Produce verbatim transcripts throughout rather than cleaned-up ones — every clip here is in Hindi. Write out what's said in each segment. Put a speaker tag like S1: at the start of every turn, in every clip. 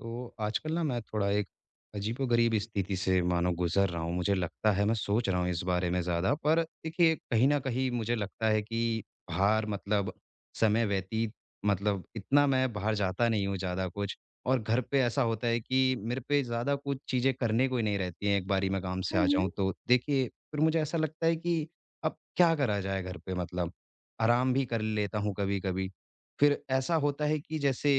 S1: तो आजकल ना मैं थोड़ा एक अजीबोगरीब स्थिति से मानो गुजर रहा हूँ। मुझे लगता है मैं सोच रहा हूँ इस बारे में ज़्यादा, पर देखिए कहीं न कहीं मुझे लगता है कि बाहर मतलब समय व्यतीत, मतलब इतना मैं बाहर जाता नहीं हूँ ज़्यादा कुछ। और घर पे ऐसा होता है कि मेरे पे ज़्यादा कुछ चीज़ें करने को ही नहीं रहती हैं, एक बारी मैं काम से
S2: हुँ,
S1: आ
S2: हुँ।
S1: जाऊँ तो। देखिए फिर मुझे ऐसा लगता है कि अब क्या करा जाए घर पे, मतलब आराम भी कर लेता हूँ कभी-कभी। फिर ऐसा होता है कि जैसे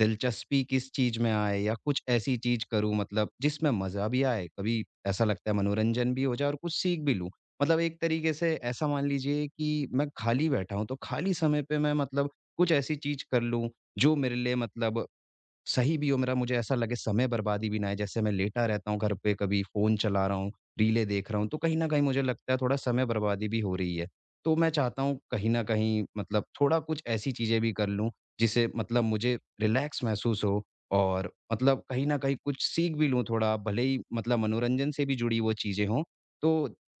S1: दिलचस्पी किस चीज़ में आए या कुछ ऐसी चीज़ करूँ मतलब जिसमें मज़ा भी आए, कभी ऐसा लगता है मनोरंजन भी हो जाए और कुछ सीख भी लूँ। मतलब एक तरीके से ऐसा मान लीजिए कि मैं खाली बैठा हूँ, तो खाली समय पे मैं मतलब कुछ ऐसी चीज़ कर लूँ, जो मेरे लिए मतलब सही भी हो, मेरा मुझे ऐसा लगे समय बर्बादी भी ना है, जैसे मैं लेटा रहता हूँ घर पे कभी फ़ोन चला रहा हूँ, रीलें देख रहा हूँ, तो कहीं न कहीं मुझे लगता है थोड़ा समय बर्बादी भी हो रही है। तो मैं चाहता हूँ कहीं न कहीं मतलब थोड़ा कुछ ऐसी चीज़ें भी कर लूँ, जिससे मतलब मुझे रिलैक्स महसूस हो और मतलब कहीं न कहीं कुछ सीख भी लूँ थोड़ा, भले ही मतलब मनोरंजन से भी जुड़ी वो चीज़ें हों। तो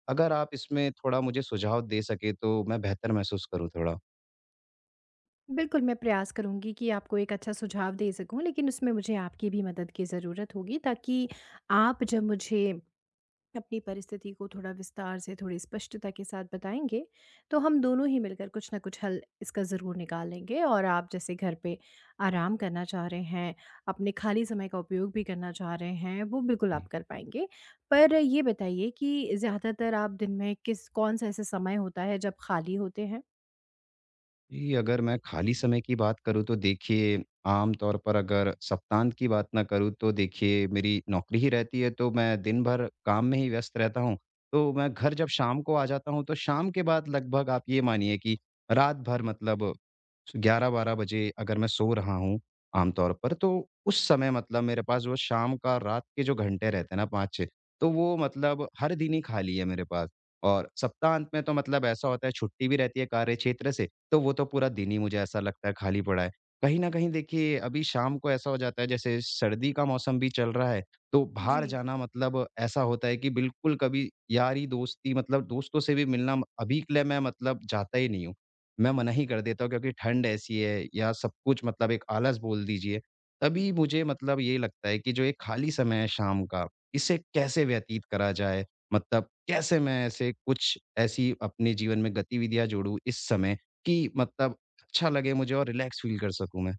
S1: अगर आप इसमें थोड़ा मुझे सुझाव दे सकें तो मैं बेहतर महसूस करूँ थोड़ा।
S2: बिल्कुल, मैं प्रयास करूँगी कि आपको एक अच्छा सुझाव दे सकूँ, लेकिन उसमें मुझे आपकी भी मदद की ज़रूरत होगी ताकि आप जब मुझे अपनी परिस्थिति को थोड़ा विस्तार से, थोड़ी स्पष्टता के साथ बताएँगे, तो हम दोनों ही मिलकर कुछ न कुछ हल इसका ज़रूर निकालेंगे और आप जैसे घर पे आराम करना चाह रहे हैं, अपने खाली समय का उपयोग भी करना चाह रहे हैं, वो बिल्कुल आप
S1: जी।
S2: कर पाएँगे। पर ये बताइए कि ज़्यादातर आप दिन में किस कौन-सा ऐसा समय होता है जब खाली होते हैं?
S1: जी, अगर मैं खाली समय की बात करूँ तो देखिए, आम तौर पर अगर सप्तांत की बात ना करूँ तो देखिए मेरी नौकरी ही रहती है, तो मैं दिन भर काम में ही व्यस्त रहता हूँ। तो मैं घर जब शाम को आ जाता हूँ तो शाम के बाद लगभग आप ये मानिए कि रात भर, मतलब ग्यारह बारह बजे अगर मैं सो रहा हूँ आम तौर पर, तो उस समय मतलब मेरे पास वो शाम का रात के जो घंटे रहते हैं ना पाँच छह, तो वो मतलब हर दिन ही खाली है मेरे पास। और सप्ताहांत में तो मतलब ऐसा होता है छुट्टी भी रहती है कार्यक्षेत्र से, तो वो तो पूरा दिन ही मुझे ऐसा लगता है खाली पड़ा है। कहीं न कहीं देखिए अभी शाम को ऐसा हो जाता है जैसे सर्दी का मौसम भी चल रहा है, तो
S2: जी।
S1: बाहर जाना, मतलब ऐसा होता है कि बिल्कुल कभी यारी दोस्ती मतलब दोस्तों से भी मिलना अभी के लिए मैं मतलब जाता ही नहीं हूँ। मैं मना ही कर देता हूँ क्योंकि ठंड ऐसी है या सब कुछ, मतलब एक आलस बोल दीजिए। तभी मुझे मतलब ये लगता है कि जो एक खाली समय है शाम का, इसे कैसे व्यतीत करा जाए? मतलब कैसे मैं ऐसे कुछ ऐसी अपने जीवन में गतिविधियाँ जोड़ूँ इस समय कि मतलब अच्छा लगे मुझे और रिलैक्स फ़ील कर सकूँ मैं।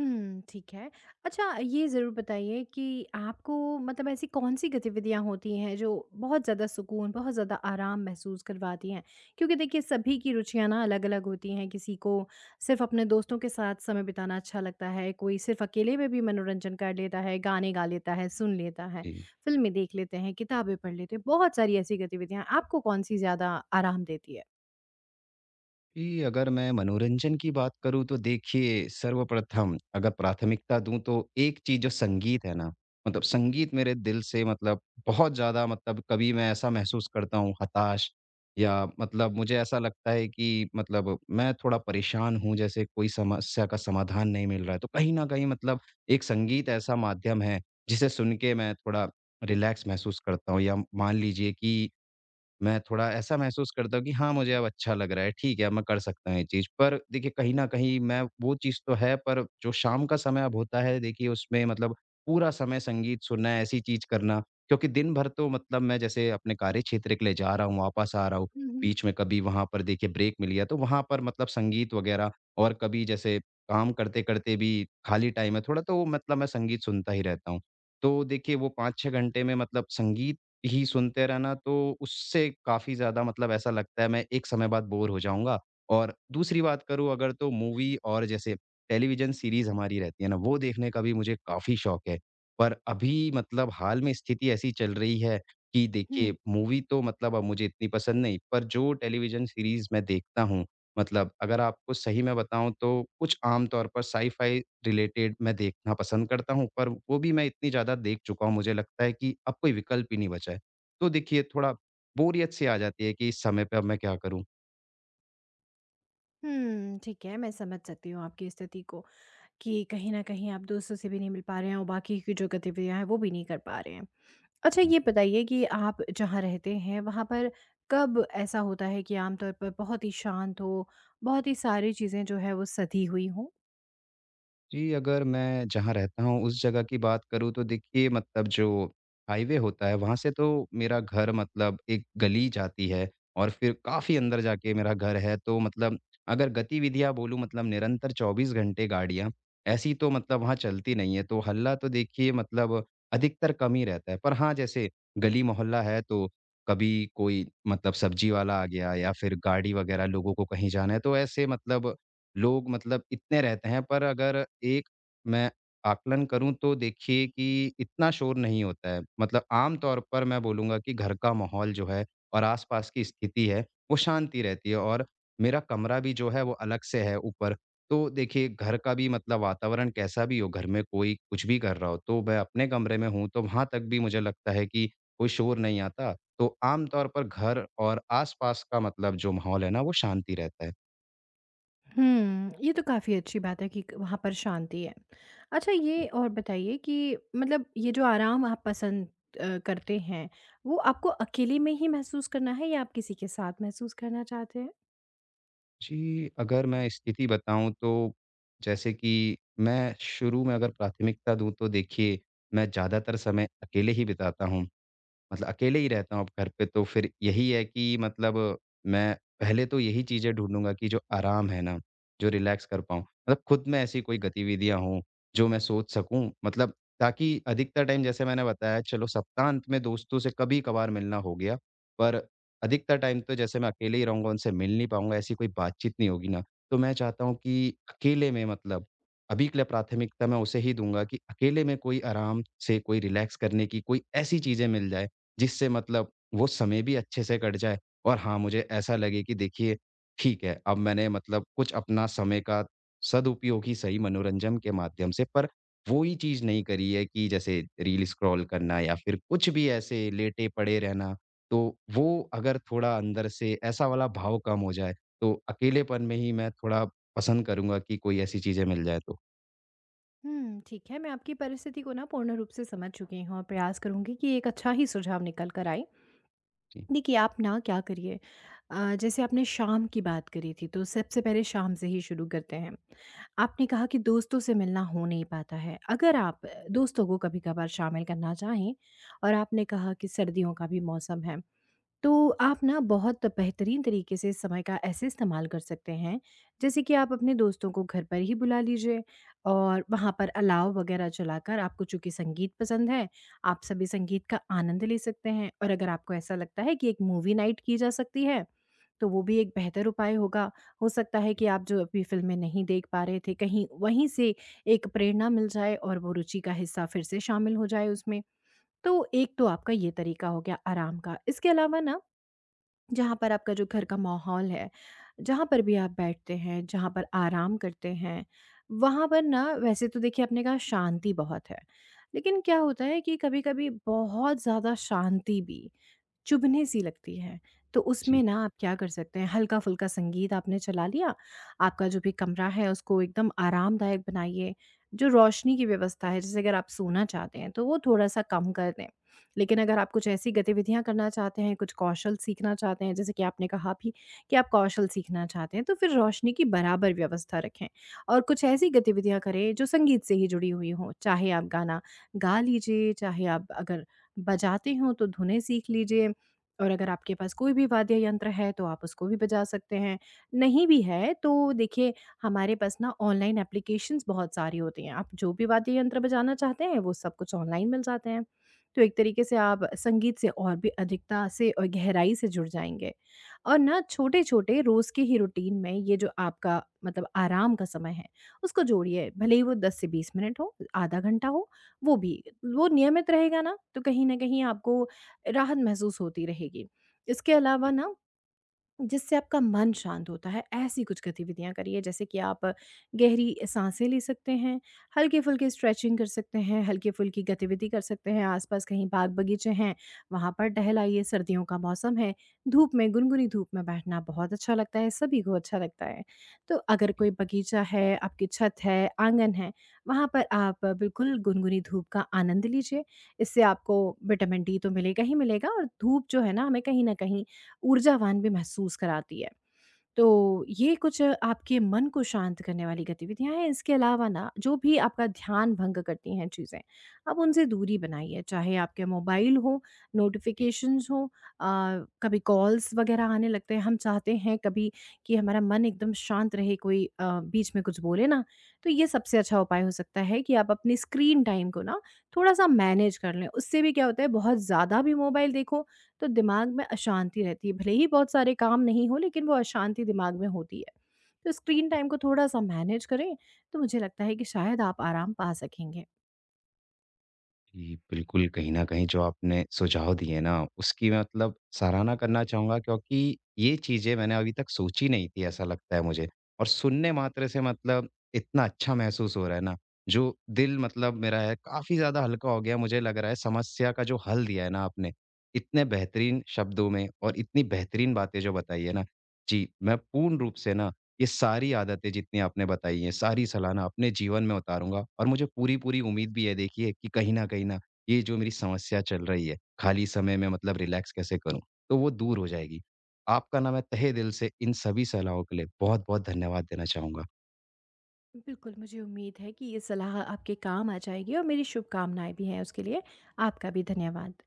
S2: हुँ, ठीक है। अच्छा ये ज़रूर बताइए कि आपको मतलब ऐसी कौन-सी गतिविधियाँ होती हैं जो बहुत ज़्यादा सुकून, बहुत ज़्यादा आराम महसूस करवाती हैं? क्योंकि देखिए सभी की रुचियाँ ना अलग-अलग होती हैं, किसी को सिर्फ़ अपने दोस्तों के साथ समय बिताना अच्छा लगता है, कोई सिर्फ़ अकेले में भी मनोरंजन कर लेता है, गाने गा लेता है, सुन लेता है,
S1: जी।
S2: फ़िल्में देख लेते हैं, किताबें पढ़ लेते हैं, बहुत सारी ऐसी गतिविधियाँ हैं। आपको कौन-सी ज़्यादा आराम देती है?
S1: जी, अगर मैं मनोरंजन की बात करूँ तो देखिए सर्वप्रथम अगर प्राथमिकता दूँ तो एक चीज़ जो संगीत है ना, मतलब संगीत मेरे दिल से मतलब बहुत ज़्यादा, मतलब कभी मैं ऐसा महसूस करता हूँ हताश या मतलब मुझे ऐसा लगता है कि मतलब मैं थोड़ा परेशान हूँ जैसे कोई समस्या का समाधान नहीं मिल रहा है। तो कहीं न कहीं मतलब एक संगीत ऐसा माध्यम है जिसे सुन के मैं थोड़ा रिलैक्स महसूस करता हूँ या मान लीजिए कि मैं थोड़ा ऐसा महसूस करता हूँ कि हाँ, मुझे अब अच्छा लग रहा है, ठीक है, अब मैं कर सकता हूँ ये चीज़। पर देखिए कहीं न कहीं मैं वो चीज़ तो है, पर जो शाम का समय अब होता है देखिए उसमें मतलब पूरा समय संगीत सुनना, ऐसी चीज़ करना, क्योंकि दिन भर तो मतलब मैं जैसे अपने कार्य क्षेत्र के लिए जा रहा हूँ, वापस आ रहा हूँ,
S2: हुँ, हुँ।
S1: बीच में कभी वहाँ पर देखिए ब्रेक मिल गया तो वहाँ पर मतलब संगीत वग़ैरह, और कभी जैसे काम करते-करते भी खाली टाइम है थोड़ा तो मतलब मैं संगीत सुनता ही रहता हूँ। तो देखिए वो पाँच छह घंटे में मतलब संगीत ही सुनते रहना, तो उससे काफ़ी ज़्यादा मतलब ऐसा लगता है मैं एक समय बाद बोर हो जाऊँगा। और दूसरी बात करूँ अगर, तो मूवी और जैसे टेलीविज़न सीरीज़ हमारी रहती है ना, वो देखने का भी मुझे काफ़ी शौक है। पर अभी मतलब हाल में स्थिति ऐसी चल रही है कि
S2: हुँ।
S1: देखिए मूवी तो मतलब अब मुझे इतनी पसंद नहीं, पर जो टेलीविज़न सीरीज़ मैं देखता हूँ मतलब अगर आपको सही में बताऊँ तो कुछ आम तौर पर साइ-फाइ रिलेटेड मैं देखना पसंद करता हूँ, पर वो भी मैं इतनी ज़्यादा देख चुका हूँ, मुझे लगता है कि अब कोई विकल्प ही नहीं बचा है। तो देखिए, थोड़ा बोरियत सी आ जाती है कि इस समय पे अब मैं क्या करूँ?
S2: हुँ, ठीक है, मैं समझ सकती हूँ आपकी स्थिति को। कि कहीं न कहीं आप दोस्तों से भी नहीं मिल पा रहे हैं और बाकी की जो गतिविधियाँ हैं, वो भी नहीं कर पा रहे हैं। अच्छा ये बताइए कि आप जहाँ रहते हैं, वहाँ पर कब ऐसा होता है कि आमतौर पर बहुत ही शांत हो, बहुत ही सारी चीज़ें जो है वो सधी हुई हों?
S1: जी, अगर मैं जहाँ रहता हूँ उस जगह की बात करूँ तो देखिए मतलब जो हाईवे होता है वहाँ से तो मेरा घर, मतलब एक गली जाती है और फिर काफ़ी अंदर जाके मेरा घर है। तो मतलब अगर गतिविधियाँ बोलूँ, मतलब निरंतर चौबीस घंटे गाड़ियाँ ऐसी तो मतलब वहाँ चलती नहीं है। तो हल्ला तो देखिए मतलब अधिकतर कम ही रहता है। पर हाँ, जैसे गली-मोहल्ला है तो कभी कोई मतलब सब्जी वाला आ गया या फिर गाड़ी वग़ैरह लोगों को कहीं जाना है तो ऐसे मतलब लोग मतलब इतने रहते हैं, पर अगर एक मैं आकलन करूँ तो देखिए कि इतना शोर नहीं होता है। मतलब आम तौर पर मैं बोलूँगा कि घर का माहौल जो है और आस-पास की स्थिति है, वो शांति रहती है और मेरा कमरा भी जो है वो अलग से है ऊपर। तो देखिए घर का भी मतलब वातावरण कैसा भी हो, घर में कोई कुछ भी कर रहा हो, तो मैं अपने कमरे में हूँ, तो वहाँ तक भी मुझे लगता है कि कोई शोर नहीं आता। तो आम तौर पर घर और आस-पास का मतलब जो माहौल है ना, वो शांति रहता है।
S2: हुँ, ये तो काफ़ी अच्छी बात है कि क वहाँ पर शांति है। अच्छा ये और बताइए कि मतलब ये जो आराम आप पसंद अ, करते हैं, वो आपको अकेले में ही महसूस करना है या आप किसी के साथ महसूस करना चाहते हैं?
S1: जी, अगर मैं स्थिति बताऊँ तो जैसे कि मैं शुरू में अगर प्राथमिकता दूँ तो देखिए, मैं ज़्यादातर समय अकेले ही बिताता हूँ। मतलब अकेले ही रहता हूँ अब घर पे, तो फिर यही है कि मतलब मैं पहले तो यही चीज़ें ढूँढूँगा कि जो आराम है ना, जो रिलैक्स कर पाऊँ। मतलब खुद में ऐसी कोई गतिविधियाँ हों, जो मैं सोच सकूँ मतलब ताकि अधिकतर टाइम, जैसे मैंने बताया, चलो सप्ताहांत में दोस्तों से कभी-कभार मिलना हो गया, पर अधिकतर टाइम तो जैसे मैं अकेले ही रहूँगा, उनसे मिल नहीं पाऊँगा, ऐसी कोई बातचीत नहीं होगी ना। तो मैं चाहता हूँ कि अकेले में मतलब अभी के लिए प्राथमिकता मैं उसे ही दूँगा कि अकेले में कोई आराम से, कोई रिलैक्स करने की कोई ऐसी चीज़ें मिल जाएँ जिससे मतलब वो समय भी अच्छे से कट जाए और हाँ, मुझे ऐसा लगे कि देखिए ठीक है, अब मैंने मतलब कुछ अपना समय का सदुपयोग ही सही मनोरंजन के माध्यम से, पर वो ही चीज़ नहीं करी है कि जैसे रील स्क्रॉल करना या फिर कुछ भी ऐसे लेटे पड़े रहना। तो वो अगर थोड़ा अंदर से ऐसा वाला भाव कम हो जाए, तो अकेलेपन में ही मैं थोड़ा पसंद करूँगा कि कोई ऐसी चीज़ें मिल जाए तो।
S2: हुँ, ठीक है। मैं आपकी परिस्थिति को ना पूर्ण रूप से समझ चुकी हूँ और प्रयास करूँगी कि एक अच्छा ही सुझाव निकल कर आए।
S1: जी,
S2: देखिए, आप ना क्या करिए अ, जैसे आपने शाम की बात करी थी, तो सबसे पहले शाम से ही शुरू करते हैं। आपने कहा कि दोस्तों से मिलना हो नहीं पाता है। अगर आप दोस्तों को कभी-कभार शामिल करना चाहें और आपने कहा कि सर्दियों का भी मौसम है। तो आप ना बहुत बेहतरीन तरीके से इस समय का ऐसे इस्तेमाल कर सकते हैं, जैसे कि आप अपने दोस्तों को घर पर ही बुला लीजिए और वहाँ पर अलाव वगैरह चलाकर आपको चूँकि संगीत पसंद है, आप सभी संगीत का आनंद ले सकते हैं और अगर आपको ऐसा लगता है कि एक मूवी नाइट की जा सकती है, तो वो भी एक बेहतर उपाय होगा। हो सकता है कि आप जो अभी फ़िल्में नहीं देख पा रहे थे, कहीं वहीं से एक प्रेरणा मिल जाए और वो रुचि का हिस्सा फिर से शामिल हो जाए उसमें। तो एक तो आपका ये तरीका हो गया आराम का। इसके अलावा ना जहाँ पर आपका जो घर का माहौल है, जहाँ पर भी आप बैठते हैं, जहाँ पर आराम करते हैं, वहाँ पर ना वैसे तो देखिए आपने कहा शांति बहुत है। लेकिन क्या होता है कि कभी-कभी बहुत ज़्यादा शांति भी चुभने सी लगती है। तो उसमें
S1: जी,
S2: ना आप क्या कर सकते हैं, हल्का-फुल्का संगीत आपने चला लिया, आपका जो भी कमरा है उसको एकदम आरामदायक बनाइए। जो रोशनी की व्यवस्था है, जैसे अगर आप सोना चाहते हैं तो वो थोड़ा-सा कम कर दें। लेकिन अगर आप कुछ ऐसी गतिविधियाँ करना चाहते हैं, कुछ कौशल सीखना चाहते हैं, जैसे कि आपने कहा भी कि आप कौशल सीखना चाहते हैं, तो फिर रोशनी की बराबर व्यवस्था रखें। और कुछ ऐसी गतिविधियाँ करें जो संगीत से ही जुड़ी हुई हों, चाहे आप गाना गा लीजिए, चाहे आप अगर बजाते हों तो धुनें सीख लीजिए। और अगर आपके पास कोई भी वाद्य यंत्र है तो आप उसको भी बजा सकते हैं। नहीं भी है तो देखिए हमारे पास ना ऑनलाइन एप्लीकेशंस बहुत सारी होती हैं। आप जो भी वाद्य यंत्र बजाना चाहते हैं वो सब कुछ ऑनलाइन मिल जाते हैं। तो एक तरीके से आप संगीत से और भी अधिकता से और गहराई से जुड़ जाएँगे। और ना छोटे-छोटे रोज़ के ही रूटीन में ये जो आपका मतलब आराम का समय है उसको जोड़िए। भले ही वो दस से बीस मिनट हो, आधा घंटा हो, वो भी। वो नियमित रहेगा ना तो कहीं न कहीं आपको राहत महसूस होती रहेगी। इसके अलावा ना जिससे आपका मन शांत होता है, ऐसी कुछ गतिविधियाँ करिए जैसे कि आप गहरी साँसें ले सकते हैं, हल्के-फुल्के स्ट्रेचिंग कर सकते हैं, हल्की-फुल्की गतिविधि कर सकते हैं, आस-पास कहीं बाग-बगीचे हैं, वहाँ पर टहल आइए, सर्दियों का मौसम है, धूप में गुनगुनी धूप में बैठना बहुत अच्छा लगता है, सभी को अच्छा लगता है। तो अगर
S1: जी।
S2: कोई बगीचा है, आपकी छत है, आँगन है, वहाँ पर आप बिल्कुल गुनगुनी धूप का आनंद लीजिए, इससे आपको विटामिन डी तो मिलेगा ही मिलेगा और धूप जो है ना, हमें कहीं न कहीं ऊर्जावान भी महसूस कराती है। तो ये कुछ आपके मन को शांत करने वाली गतिविधियाँ हैं। इसके अलावा ना जो भी आपका ध्यान भंग करती हैं चीज़ें, आप उनसे दूरी बनाइए। चाहे आपके मोबाइल हो, नोटिफ़िकेशंस हो, अ, कभी कॉल्स वग़ैरह आने लगते हैं। हम चाहते हैं कभी कि हमारा मन एकदम शांत रहे, कोई अ, बीच में कुछ बोले ना। तो ये सबसे अच्छा उपाय हो सकता है कि आप अपनी स्क्रीन टाइम को ना थोड़ा-सा मैनेज कर लें। उससे भी क्या होता है बहुत ज़्यादा भी मोबाइल देखो तो दिमाग में अशांति रहती है। भले ही बहुत सारे काम नहीं हों लेकिन वो अशांति दिमाग में होती है। तो स्क्रीन टाइम को थोड़ा-सा मैनेज करें तो मुझे लगता है कि शायद आप आराम पा सकेंगे।
S1: जी, बिल्कुल, कहीं न कहीं जो आपने सुझाव दिए ना, उसकी मैं मतलब सराहना करना चाहूँगा क्योंकि ये चीज़ें मैंने अभी तक सोची नहीं थी, ऐसा लगता है मुझे। और सुनने मात्र से मतलब इतना अच्छा महसूस हो रहा है ना, जो दिल मतलब मेरा है काफ़ी ज़्यादा हल्का हो गया, मुझे लग रहा है समस्या का जो हल दिया है ना आपने, इतने बेहतरीन शब्दों में और इतनी बेहतरीन बातें जो बताई है ना, जी, मैं पूर्ण रूप से ना ये सारी आदतें जितनी आपने बताई हैं, सारी सलाह अपने जीवन में उतारूँगा और मुझे पूरी-पूरी उम्मीद भी है देखिए कि कहीं न कहीं न ये जो मेरी समस्या चल रही है, खाली समय में मतलब रिलैक्स कैसे करूँ, तो वो दूर हो जाएगी। आपका ना मैं तहे दिल से इन सभी सलाहों के लिए बहुत-बहुत धन्यवाद देना चाहूँगा।
S2: बिल्कुल, मुझे उम्मीद है कि ये सलाह आपके काम आ जाएगी और मेरी शुभकामनाएँ भी हैं उसके लिए। आपका भी धन्यवाद।